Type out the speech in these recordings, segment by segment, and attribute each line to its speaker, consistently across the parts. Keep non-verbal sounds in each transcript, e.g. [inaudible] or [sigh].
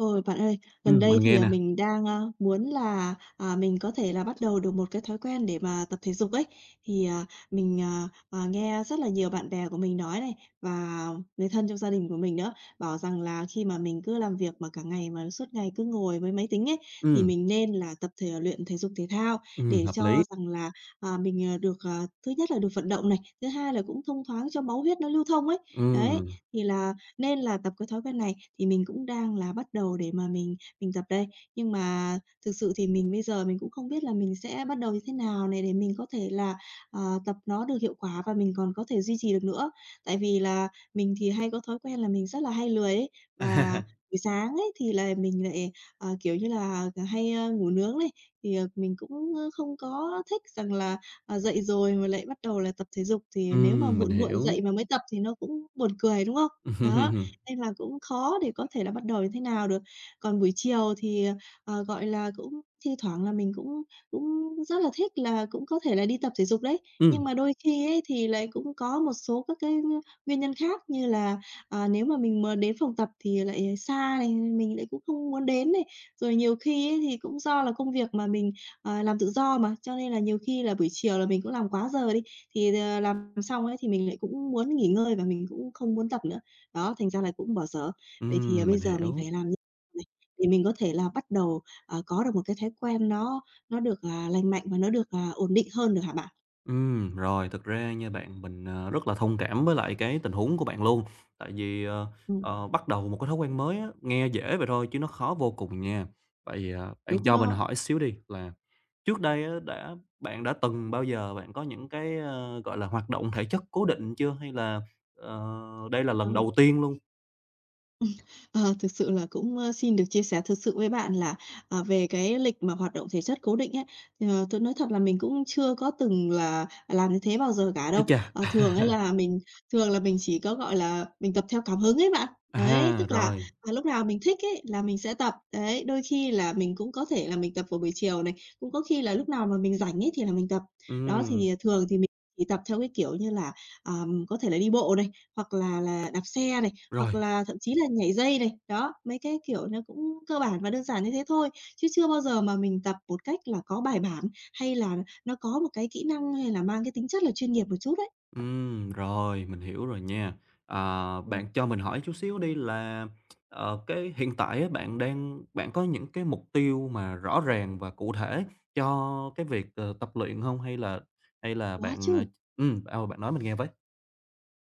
Speaker 1: Ôi, bạn ơi, gần đây
Speaker 2: Mình
Speaker 1: thì,
Speaker 2: nghe nè.
Speaker 1: mình đang, muốn là, mình có thể là bắt đầu được một cái thói quen để mà tập thể dục ấy. Thì, à, mình, nghe rất là nhiều bạn bè của mình nói này, và người thân trong gia đình của mình nữa, bảo rằng là khi mà mình cứ làm việc mà cả ngày mà suốt ngày cứ ngồi với máy tính ấy, thì
Speaker 2: Ừm,
Speaker 1: mình nên là tập thể luyện thể dục thể thao để
Speaker 2: hợp lý.
Speaker 1: cho rằng là, à, mình, được, thứ nhất là được vận động này, thứ hai là cũng thông thoáng cho máu huyết nó lưu thông ấy. Đấy,
Speaker 2: Ừm,
Speaker 1: thì là nên là tập cái thói quen này thì mình cũng đang là bắt đầu để mà mình tập đây. Nhưng mà thực sự thì mình bây giờ mình cũng không biết là mình sẽ bắt đầu như thế nào này để mình có thể là, tập nó được hiệu quả và mình còn có thể duy trì được nữa. Tại vì là mình thì hay có thói quen là mình rất là hay lười ấy,
Speaker 2: [laughs]
Speaker 1: và
Speaker 2: à,
Speaker 1: buổi sáng ấy thì là mình lại, kiểu như là, hay, ngủ nướng này, thì, mình cũng, không có thích rằng là, dậy rồi mà lại bắt đầu là tập thể dục, thì nếu mà
Speaker 2: mình
Speaker 1: muộn muộn
Speaker 2: hiểu.
Speaker 1: dậy mà mới tập thì nó cũng buồn cười, đúng không? Đó.
Speaker 2: [laughs]
Speaker 1: Nên là cũng khó để có thể là bắt đầu như thế nào được. Còn buổi chiều thì, gọi là, cũng thi thoảng là mình cũng cũng rất là thích là cũng có thể là đi tập thể dục đấy, nhưng
Speaker 2: Ừm,
Speaker 1: mà đôi khi ấy thì lại cũng có một số các cái nguyên nhân khác như là, nếu mà mình mà đến phòng tập thì lại xa này, mình lại cũng không muốn đến này. Rồi nhiều khi ấy thì cũng do là công việc mà mình, làm tự do mà, cho nên là nhiều khi là buổi chiều là mình cũng làm quá giờ đi, thì, làm xong ấy thì mình lại cũng muốn nghỉ ngơi và mình cũng không muốn tập nữa. Đó, thành ra là cũng bỏ dở. Vậy thì, bây
Speaker 2: mình
Speaker 1: giờ mình
Speaker 2: hiểu.
Speaker 1: phải làm như này để mình có thể là bắt đầu, có được một cái thói quen nó được, lành mạnh và nó được, ổn định hơn được hả bạn?
Speaker 2: Rồi, thực ra nha bạn, mình, rất là thông cảm với lại cái tình huống của bạn luôn, tại vì,
Speaker 1: Ừm,
Speaker 2: bắt đầu một cái thói quen mới á, nghe dễ vậy thôi chứ nó khó vô cùng nha. Vậy, à, bạn
Speaker 1: đúng
Speaker 2: cho mình
Speaker 1: đó.
Speaker 2: hỏi xíu đi là trước đây á đã bạn đã từng bao giờ bạn có những cái, gọi là, hoạt động thể chất cố định chưa? Hay là, ờ, đây là
Speaker 1: Ờ.
Speaker 2: lần đầu tiên luôn?
Speaker 1: Ờ, thực sự là cũng, xin được chia sẻ thực sự với bạn là, về cái lịch mà hoạt động thể chất cố định ấy, thì, tớ nói thật là mình cũng chưa có từng là làm như thế bao giờ cả
Speaker 2: Ái
Speaker 1: đâu.
Speaker 2: chà!
Speaker 1: Ờ, thường là mình chỉ có, gọi là, mình tập theo cảm hứng ấy bạn. Đấy,
Speaker 2: À,
Speaker 1: tức là,
Speaker 2: rồi,
Speaker 1: lúc nào mình thích ấy là mình sẽ tập. Đấy, đôi khi là mình cũng có thể là mình tập vào buổi chiều này, cũng có khi là lúc nào mà mình rảnh ấy thì là mình tập. Đó,
Speaker 2: ừm,
Speaker 1: thì, thường thì mình chỉ tập theo cái kiểu như là, à, có thể là đi bộ này, hoặc là đạp xe này, hoặc
Speaker 2: rồi,
Speaker 1: là thậm chí là nhảy dây này. Đó, mấy cái, kiểu, nó cũng cơ bản và đơn giản như thế thôi, chứ chưa bao giờ mà mình tập một cách là có bài bản, hay là nó có một cái kỹ năng hay là mang cái tính chất là chuyên nghiệp một chút đấy.
Speaker 2: rồi, mình hiểu rồi nha. À,
Speaker 1: Ừm,
Speaker 2: bạn cho mình hỏi chút xíu đi là, cái hiện tại á, bạn có những cái mục tiêu mà rõ ràng và cụ thể cho cái việc, tập luyện không? Hay là
Speaker 1: có
Speaker 2: bạn,
Speaker 1: chứ.
Speaker 2: bạn nói mình nghe với.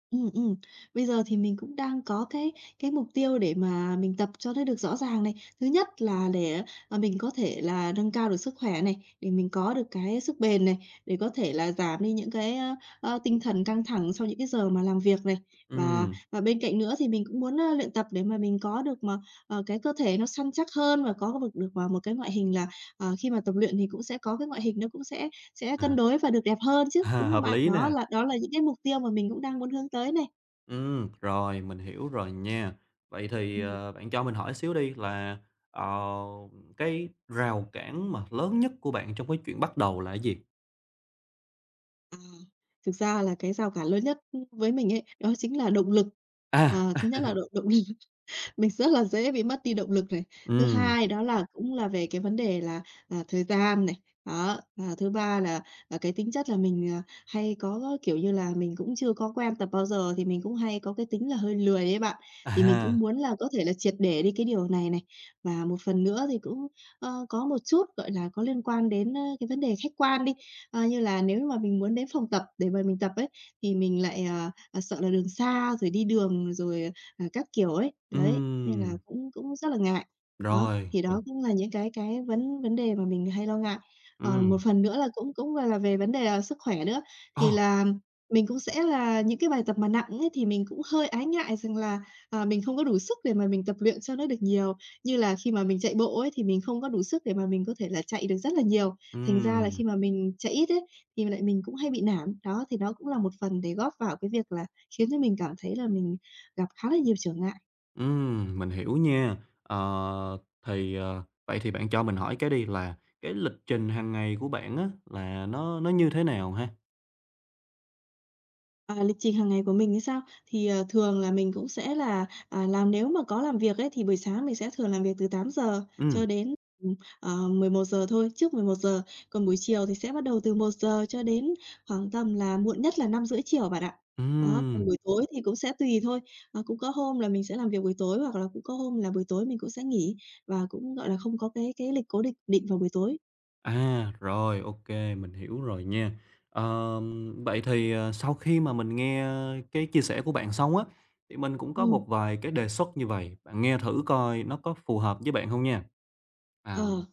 Speaker 1: Ừ. Bây giờ thì mình cũng đang có cái mục tiêu để mà mình tập cho nó được rõ ràng này. Thứ nhất là để, mình có thể là nâng cao được sức khỏe này, để mình có được cái sức bền này, để có thể là giảm đi những cái, ơ, ơ, tinh thần căng thẳng sau những cái giờ mà làm việc này. Và
Speaker 2: Ừm,
Speaker 1: và bên cạnh nữa thì mình cũng muốn, luyện tập để mà mình có được mà, cái cơ thể nó săn chắc hơn và có được được, một cái ngoại hình là, khi mà tập luyện thì cũng sẽ có cái ngoại hình nó cũng sẽ
Speaker 2: à,
Speaker 1: cân đối và được đẹp hơn chứ,
Speaker 2: [laughs] à,
Speaker 1: đúng không
Speaker 2: hợp
Speaker 1: bạn?
Speaker 2: lý
Speaker 1: Đó
Speaker 2: nè.
Speaker 1: là đó là những cái mục tiêu mà mình cũng đang muốn hướng tới này.
Speaker 2: Rồi, mình hiểu rồi nha. Vậy thì,
Speaker 1: Ừm,
Speaker 2: bạn cho mình hỏi xíu đi là, ờ, cái rào cản mà lớn nhất của bạn trong cái chuyện bắt đầu là cái gì?
Speaker 1: thực ra là cái rào cản lớn nhất, với mình ấy, đó chính là động lực.
Speaker 2: À,
Speaker 1: Ờ, thứ nhất là động động lực. Mình rất là dễ bị mất đi động lực này. Thứ
Speaker 2: ừ,
Speaker 1: hai đó là cũng là về cái vấn đề là, thời gian này. Đó, và thứ ba là, cái tính chất là mình, hay có, kiểu như là, mình cũng chưa có quen tập bao giờ thì mình cũng hay có cái tính là hơi lười ấy bạn. Thì mình cũng
Speaker 2: à,
Speaker 1: muốn là có thể là triệt để đi cái điều này này. Và một phần nữa thì cũng, có một chút, gọi là, có liên quan đến, cái vấn đề khách quan đi. Ờ, như là nếu mà mình muốn đến phòng tập để mà mình tập ấy, thì mình lại, sợ là đường xa, rồi đi đường rồi, các kiểu ấy. Đấy, nên là
Speaker 2: ừm,
Speaker 1: cũng cũng rất là ngại. Đó,
Speaker 2: rồi,
Speaker 1: thì đó cũng là những cái vấn vấn đề mà mình hay lo ngại. Còn
Speaker 2: ừm,
Speaker 1: một phần nữa là cũng cũng gọi là về vấn đề, sức khỏe nữa, thì
Speaker 2: oh,
Speaker 1: là mình cũng sẽ là những cái bài tập mà nặng ấy thì mình cũng hơi ái ngại rằng là, mình không có đủ sức để mà mình tập luyện cho nó được nhiều. Như là khi mà mình chạy bộ ấy thì mình không có đủ sức để mà mình có thể là chạy được rất là nhiều, thành ra là
Speaker 2: ừm,
Speaker 1: khi mà mình chạy ít ấy thì lại mình cũng hay bị nản. Đó, thì đó cũng là một phần để góp vào cái việc là khiến cho mình cảm thấy là mình gặp khá là nhiều trở ngại.
Speaker 2: mình hiểu nha. Ờ, vậy thì bạn cho mình hỏi cái đi là cái lịch trình hàng ngày của bạn á là nó như thế nào ha?
Speaker 1: À, lịch trình hàng ngày của mình như sao? Thì, thường là mình cũng sẽ là, làm nếu mà có làm việc ấy, thì buổi sáng mình sẽ thường làm việc từ 8 giờ
Speaker 2: Ừm,
Speaker 1: cho đến, 11 giờ thôi, trước 11 giờ. Còn buổi chiều thì sẽ bắt đầu từ 1 giờ cho đến khoảng tầm là muộn nhất là 5 rưỡi chiều bạn ạ. Đó, còn
Speaker 2: ừm.
Speaker 1: buổi tối thì cũng sẽ tùy thôi, cũng có hôm là mình sẽ làm việc buổi tối hoặc là cũng có hôm là buổi tối mình cũng sẽ nghỉ và cũng, gọi là, không có cái lịch cố định định vào buổi tối.
Speaker 2: À, rồi, OK, mình hiểu rồi nha. Vậy thì, sau khi mà mình nghe cái chia sẻ của bạn xong á, thì mình cũng có
Speaker 1: Ừ.
Speaker 2: một vài cái đề xuất như vậy. Bạn nghe thử coi nó có phù hợp với bạn không nha. À,
Speaker 1: Ờ.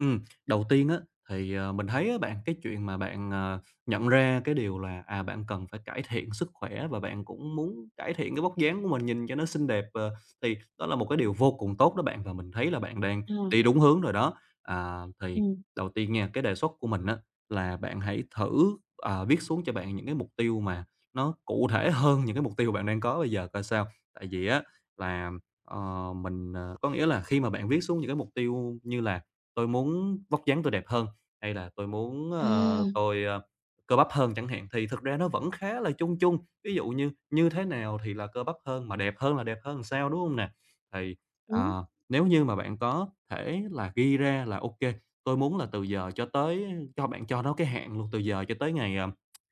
Speaker 2: ừm, đầu tiên á, thì, mình thấy á bạn, cái chuyện mà bạn, nhận ra cái điều là, bạn cần phải cải thiện sức khỏe và bạn cũng muốn cải thiện cái vóc dáng của mình nhìn cho nó xinh đẹp, thì đó là một cái điều vô cùng tốt đó bạn, và mình thấy là bạn đang
Speaker 1: Ờ.
Speaker 2: đi đúng hướng rồi đó. À, thì
Speaker 1: Ừm.
Speaker 2: đầu tiên nha, cái đề xuất của mình á là bạn hãy thử, viết xuống cho bạn những cái mục tiêu mà nó cụ thể hơn những cái mục tiêu bạn đang có bây giờ coi sao. Tại vì á là, mình, có nghĩa là khi mà bạn viết xuống những cái mục tiêu như là "Tôi muốn vóc dáng tôi đẹp hơn" hay là "Tôi muốn,
Speaker 1: À,
Speaker 2: tôi, cơ bắp hơn" chẳng hạn, thì thực ra nó vẫn khá là chung chung. Ví dụ như như thế nào thì là cơ bắp hơn, mà đẹp hơn là đẹp hơn sao, đúng không nè? Thì,
Speaker 1: đúng.
Speaker 2: nếu như mà bạn có thể là ghi ra là OK, Tôi muốn là từ giờ cho tới cho bạn cho nó cái hạn luôn, từ giờ cho tới ngày, ờ,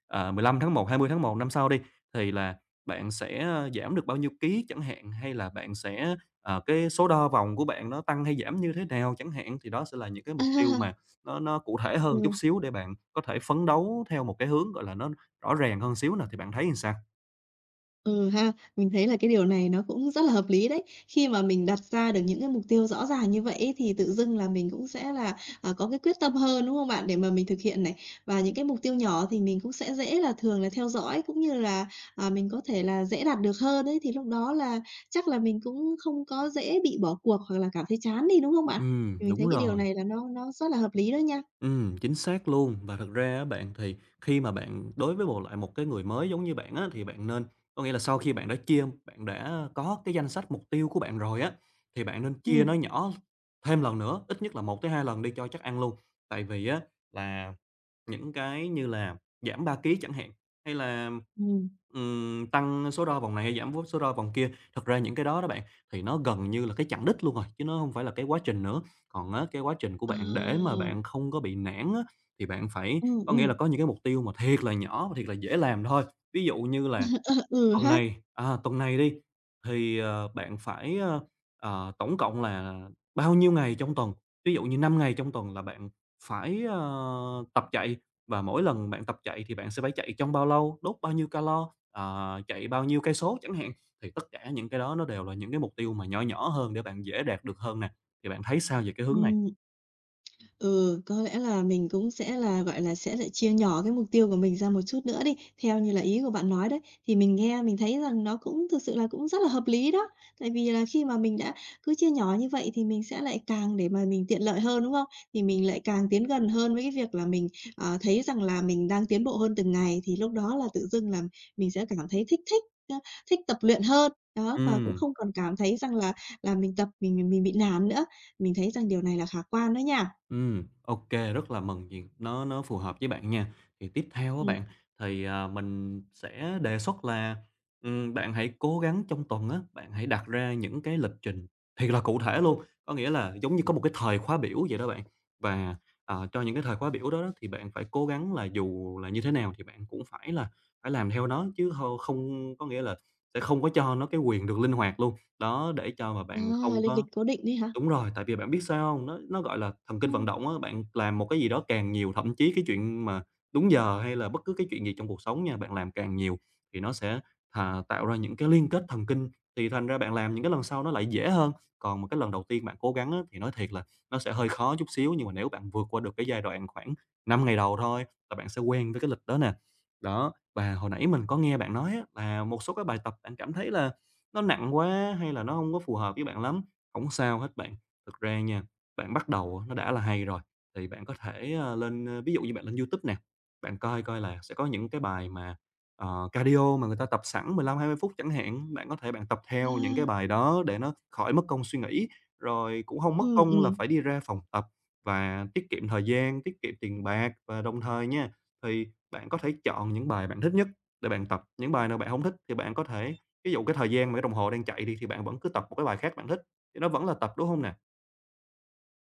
Speaker 2: ờ, 15 tháng 1, 20 tháng 1 năm sau đi, thì là bạn sẽ, giảm được bao nhiêu ký chẳng hạn, hay là bạn sẽ, cái số đo vòng của bạn nó tăng hay giảm như thế nào chẳng hạn. Thì đó sẽ là những cái mục tiêu mà
Speaker 1: [laughs] À,
Speaker 2: nó cụ thể hơn chút
Speaker 1: ừ.
Speaker 2: xíu để bạn có thể phấn đấu theo một cái hướng, gọi là, nó rõ ràng hơn xíu nào thì bạn thấy làm sao?
Speaker 1: Ừ ha, mình thấy là cái điều này nó cũng rất là hợp lý đấy. Khi mà mình đặt ra được những cái mục tiêu rõ ràng như vậy ấy, thì tự dưng là mình cũng sẽ là, có cái quyết tâm hơn, đúng không bạn? Để mà mình thực hiện này. Và những cái mục tiêu nhỏ thì mình cũng sẽ dễ là thường là theo dõi, cũng như là, mình có thể là dễ đạt được hơn đấy thì lúc đó là chắc là mình cũng không có dễ bị bỏ cuộc hoặc là cảm thấy chán đi, đúng không bạn? Thì mình
Speaker 2: Đúng
Speaker 1: thấy cái điều
Speaker 2: rồi.
Speaker 1: này là nó rất là hợp lý đó nha.
Speaker 2: Chính xác luôn. Và thật ra á bạn, thì khi mà bạn đối với một lại một cái người mới giống như bạn á, thì bạn nên có nghĩa là sau khi bạn đã có cái danh sách mục tiêu của bạn rồi á, thì bạn nên chia nó
Speaker 1: Ừm,
Speaker 2: nhỏ thêm lần nữa, ít nhất là một tới 2 lần đi cho chắc ăn luôn. Tại vì á là những cái như là giảm 3 ký chẳng hạn, hay là,
Speaker 1: ừm.
Speaker 2: tăng số đo vòng này hay giảm vốt số đo vòng kia. Thật ra những cái đó đó bạn, thì nó gần như là cái chặng đích luôn rồi, chứ nó không phải là cái quá trình nữa. Còn á, cái quá trình của
Speaker 1: Ờ.
Speaker 2: bạn để mà bạn không có bị nản á, thì bạn phải
Speaker 1: Ừm,
Speaker 2: có nghĩa
Speaker 1: ừm.
Speaker 2: là có những cái mục tiêu mà thiệt là nhỏ và thiệt là dễ làm thôi. Ví dụ như là
Speaker 1: [laughs] Ừ ha.
Speaker 2: tuần này đi, thì, bạn phải, tổng cộng là bao nhiêu ngày trong tuần, ví dụ như 5 ngày trong tuần là bạn phải, tập chạy, và mỗi lần bạn tập chạy thì bạn sẽ phải chạy trong bao lâu, đốt bao nhiêu calo, chạy bao nhiêu cây số chẳng hạn. Thì tất cả những cái đó nó đều là những cái mục tiêu mà nhỏ nhỏ hơn để bạn dễ đạt được hơn nè. Thì bạn thấy sao về cái hướng này?
Speaker 1: Ừm. Ừ, có lẽ là mình cũng sẽ là, gọi là, sẽ lại chia nhỏ cái mục tiêu của mình ra một chút nữa đi, theo như là ý của bạn nói đấy. Thì mình nghe mình thấy rằng nó cũng thực sự là cũng rất là hợp lý đó, tại vì là khi mà mình đã cứ chia nhỏ như vậy thì mình sẽ lại càng để mà mình tiện lợi hơn, đúng không? Thì mình lại càng tiến gần hơn với cái việc là mình, thấy rằng là mình đang tiến bộ hơn từng ngày, thì lúc đó là tự dưng là mình sẽ cảm thấy thích thích, thích tập luyện hơn. Đó, và cũng
Speaker 2: Ừm.
Speaker 1: không còn cảm thấy rằng là mình tập mình bị nản nữa. Mình thấy rằng điều này là khả quan đó nha.
Speaker 2: OK rất là mừng vì nó phù hợp với bạn nha. Thì tiếp theo á
Speaker 1: Ừm,
Speaker 2: bạn, thì, mình sẽ đề xuất là, bạn hãy cố gắng trong tuần á, bạn hãy đặt ra những cái lịch trình thiệt là cụ thể luôn, có nghĩa là giống như có một cái thời khóa biểu vậy đó bạn. Và, cho những cái thời khóa biểu đó đó thì bạn phải cố gắng là dù là như thế nào thì bạn cũng phải làm theo nó chứ hô không có nghĩa là sẽ không có cho nó cái quyền được linh hoạt luôn. Đó, để cho mà
Speaker 1: à,
Speaker 2: bạn không
Speaker 1: lên
Speaker 2: có.
Speaker 1: lịch cố định đấy hả?
Speaker 2: Đúng rồi, tại vì bạn biết sao hông? Nó, gọi là, thần kinh vận
Speaker 1: Ừm.
Speaker 2: động á, bạn làm một cái gì đó càng nhiều, thậm chí cái chuyện mà đúng giờ hay là bất cứ cái chuyện gì trong cuộc sống nha, bạn làm càng nhiều thì nó sẽ thà tạo ra những cái liên kết thần kinh, thì thành ra bạn làm những cái lần sau nó lại dễ hơn. Còn mà cái lần đầu tiên bạn cố gắng á, thì nói thiệt là nó sẽ hơi khó chút xíu, nhưng mà nếu bạn vượt qua được cái giai đoạn khoảng 5 ngày đầu thôi là bạn sẽ quen với cái lịch đó nè. Đó, và hồi nãy mình có nghe bạn nói á là một số cái bài tập bạn cảm thấy là nó nặng quá hay là nó hông có phù hợp với bạn lắm không sao hết bạn. Thực ra nha, bạn bắt đầu nó đã là hay rồi, thì bạn có thể, lên, ví dụ như bạn lên YouTube nè, bạn coi coi là sẽ có những cái bài mà, cardio mà người ta tập sẵn 15-20 phút chẳng hạn, bạn có thể bạn tập theo những cái
Speaker 1: À,
Speaker 2: bài đó để nó khỏi mất công suy nghĩ, rồi cũng không mất công là
Speaker 1: ừm.
Speaker 2: phải đi ra phòng tập và tiết kiệm thời gian, tiết kiệm tiền bạc. Và đồng thời nha, thì bạn có thể chọn những bài bạn thích nhất để bạn tập, những bài nào bạn không thích thì bạn có thể ví dụ cái thời gian mà cái đồng hồ đang chạy đi thì bạn vẫn cứ tập một cái bài khác bạn thích. Thì nó vẫn là tập, đúng hông nè?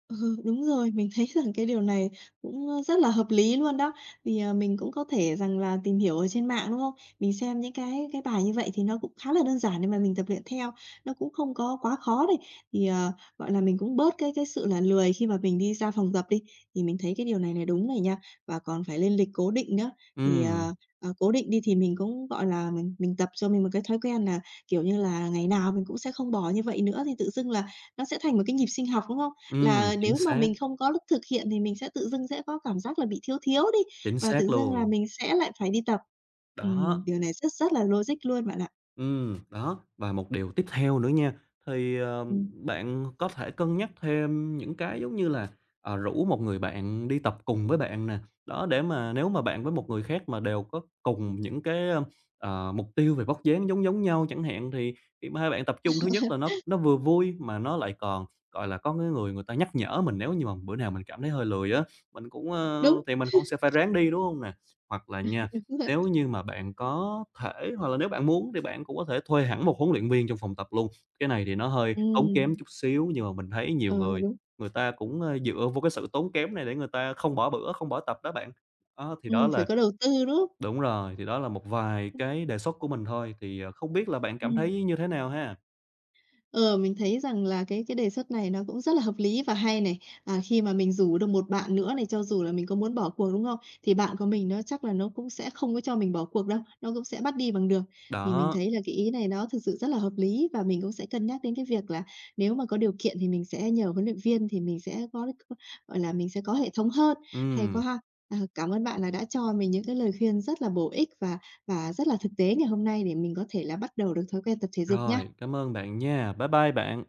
Speaker 1: Ừ, đúng rồi, mình thấy rằng cái điều này cũng, rất là hợp lý luôn đó. Vì, mình cũng có thể rằng là tìm hiểu ở trên mạng, đúng không? Mình xem những cái bài như vậy thì nó cũng khá là đơn giản để mà mình tập luyện theo, nó cũng không có quá khó này. Thì, gọi là, mình cũng bớt cái sự là lười khi mà mình đi ra phòng tập đi, thì mình thấy cái điều này là đúng này nha. Và còn phải lên lịch cố định nữa, thì,
Speaker 2: Ừm,
Speaker 1: cố định đi thì mình cũng, gọi là, mình tập cho mình một cái thói quen là, kiểu như là, ngày nào mình cũng sẽ không bỏ như vậy nữa, thì tự dưng là nó sẽ thành một cái nhịp sinh học, đúng không?
Speaker 2: ừm,
Speaker 1: Là
Speaker 2: chính
Speaker 1: nếu mà
Speaker 2: xác,
Speaker 1: mình không có lúc thực hiện thì mình sẽ tự dưng sẽ có cảm giác là bị thiếu thiếu đi,
Speaker 2: chính
Speaker 1: và
Speaker 2: xác
Speaker 1: tự dưng là
Speaker 2: luôn.
Speaker 1: mình sẽ lại phải đi tập.
Speaker 2: Đó,
Speaker 1: Điều này rất rất là logic luôn bạn ạ.
Speaker 2: ừm, đó, và một điều tiếp theo nữa nha, thì,
Speaker 1: Ừm,
Speaker 2: bạn có thể cân nhắc thêm những cái giống như là, rủ một người bạn đi tập cùng với bạn nè. Đó, để mà nếu mà bạn với một người khác mà đều có cùng những cái, mục tiêu về vóc dáng giống giống nhau chẳng hạn, thì khi mà hai bạn tập trung thứ nhất là nó vừa vui mà nó lại còn, gọi là, có cái người người ta nhắc nhở mình nếu như mà bữa nào mình cảm thấy hơi lười á, mình cũng, ơ
Speaker 1: đúng,
Speaker 2: thì mình cũng sẽ phải ráng đi, đúng không nè? Hoặc là nha
Speaker 1: đúng rồi.
Speaker 2: nếu như mà bạn có thể hoặc là nếu bạn muốn thì bạn cũng có thể thuê hẳn một huấn luyện viên trong phòng tập luôn. Cái này thì nó hơi tốn kém
Speaker 1: Ừm,
Speaker 2: chút xíu, nhưng mà mình thấy nhiều
Speaker 1: ờ,
Speaker 2: người
Speaker 1: đúng,
Speaker 2: người ta cũng, dựa vô cái sự tốn kém này để người ta không bỏ bữa, không bỏ tập đó bạn. Đó, thì đó
Speaker 1: phải
Speaker 2: là
Speaker 1: có đầu tư, đúng không?
Speaker 2: đúng rồi, thì đó là một vài
Speaker 1: Ừm,
Speaker 2: cái đề xuất của mình thôi, thì, không biết là bạn cảm thấy như thế nào ha?
Speaker 1: Ờ, mình thấy rằng là cái đề xuất này nó cũng rất là hợp lý và hay này. À, khi mà mình rủ được một bạn nữa này, cho dù là mình có muốn bỏ cuộc, đúng không? Thì bạn của mình nó chắc là nó cũng sẽ không có cho mình bỏ cuộc đâu, nó cũng sẽ bắt đi bằng được. Thì mình
Speaker 2: Đó,
Speaker 1: thấy là cái ý này nó thực sự rất là hợp lý và mình cũng sẽ cân nhắc đến cái việc là nếu mà có điều kiện thì mình sẽ nhờ huấn luyện viên thì mình sẽ có gọi là, mình sẽ có hệ thống hơn. Hay
Speaker 2: ừm,
Speaker 1: quá ha! À, cảm ơn bạn là đã cho mình những cái lời khuyên rất là bổ ích và rất là thực tế ngày hôm nay để mình có thể là bắt đầu được thói quen tập thể dục
Speaker 2: rồi,
Speaker 1: nha.
Speaker 2: cảm ơn bạn nha. Bye bye bạn.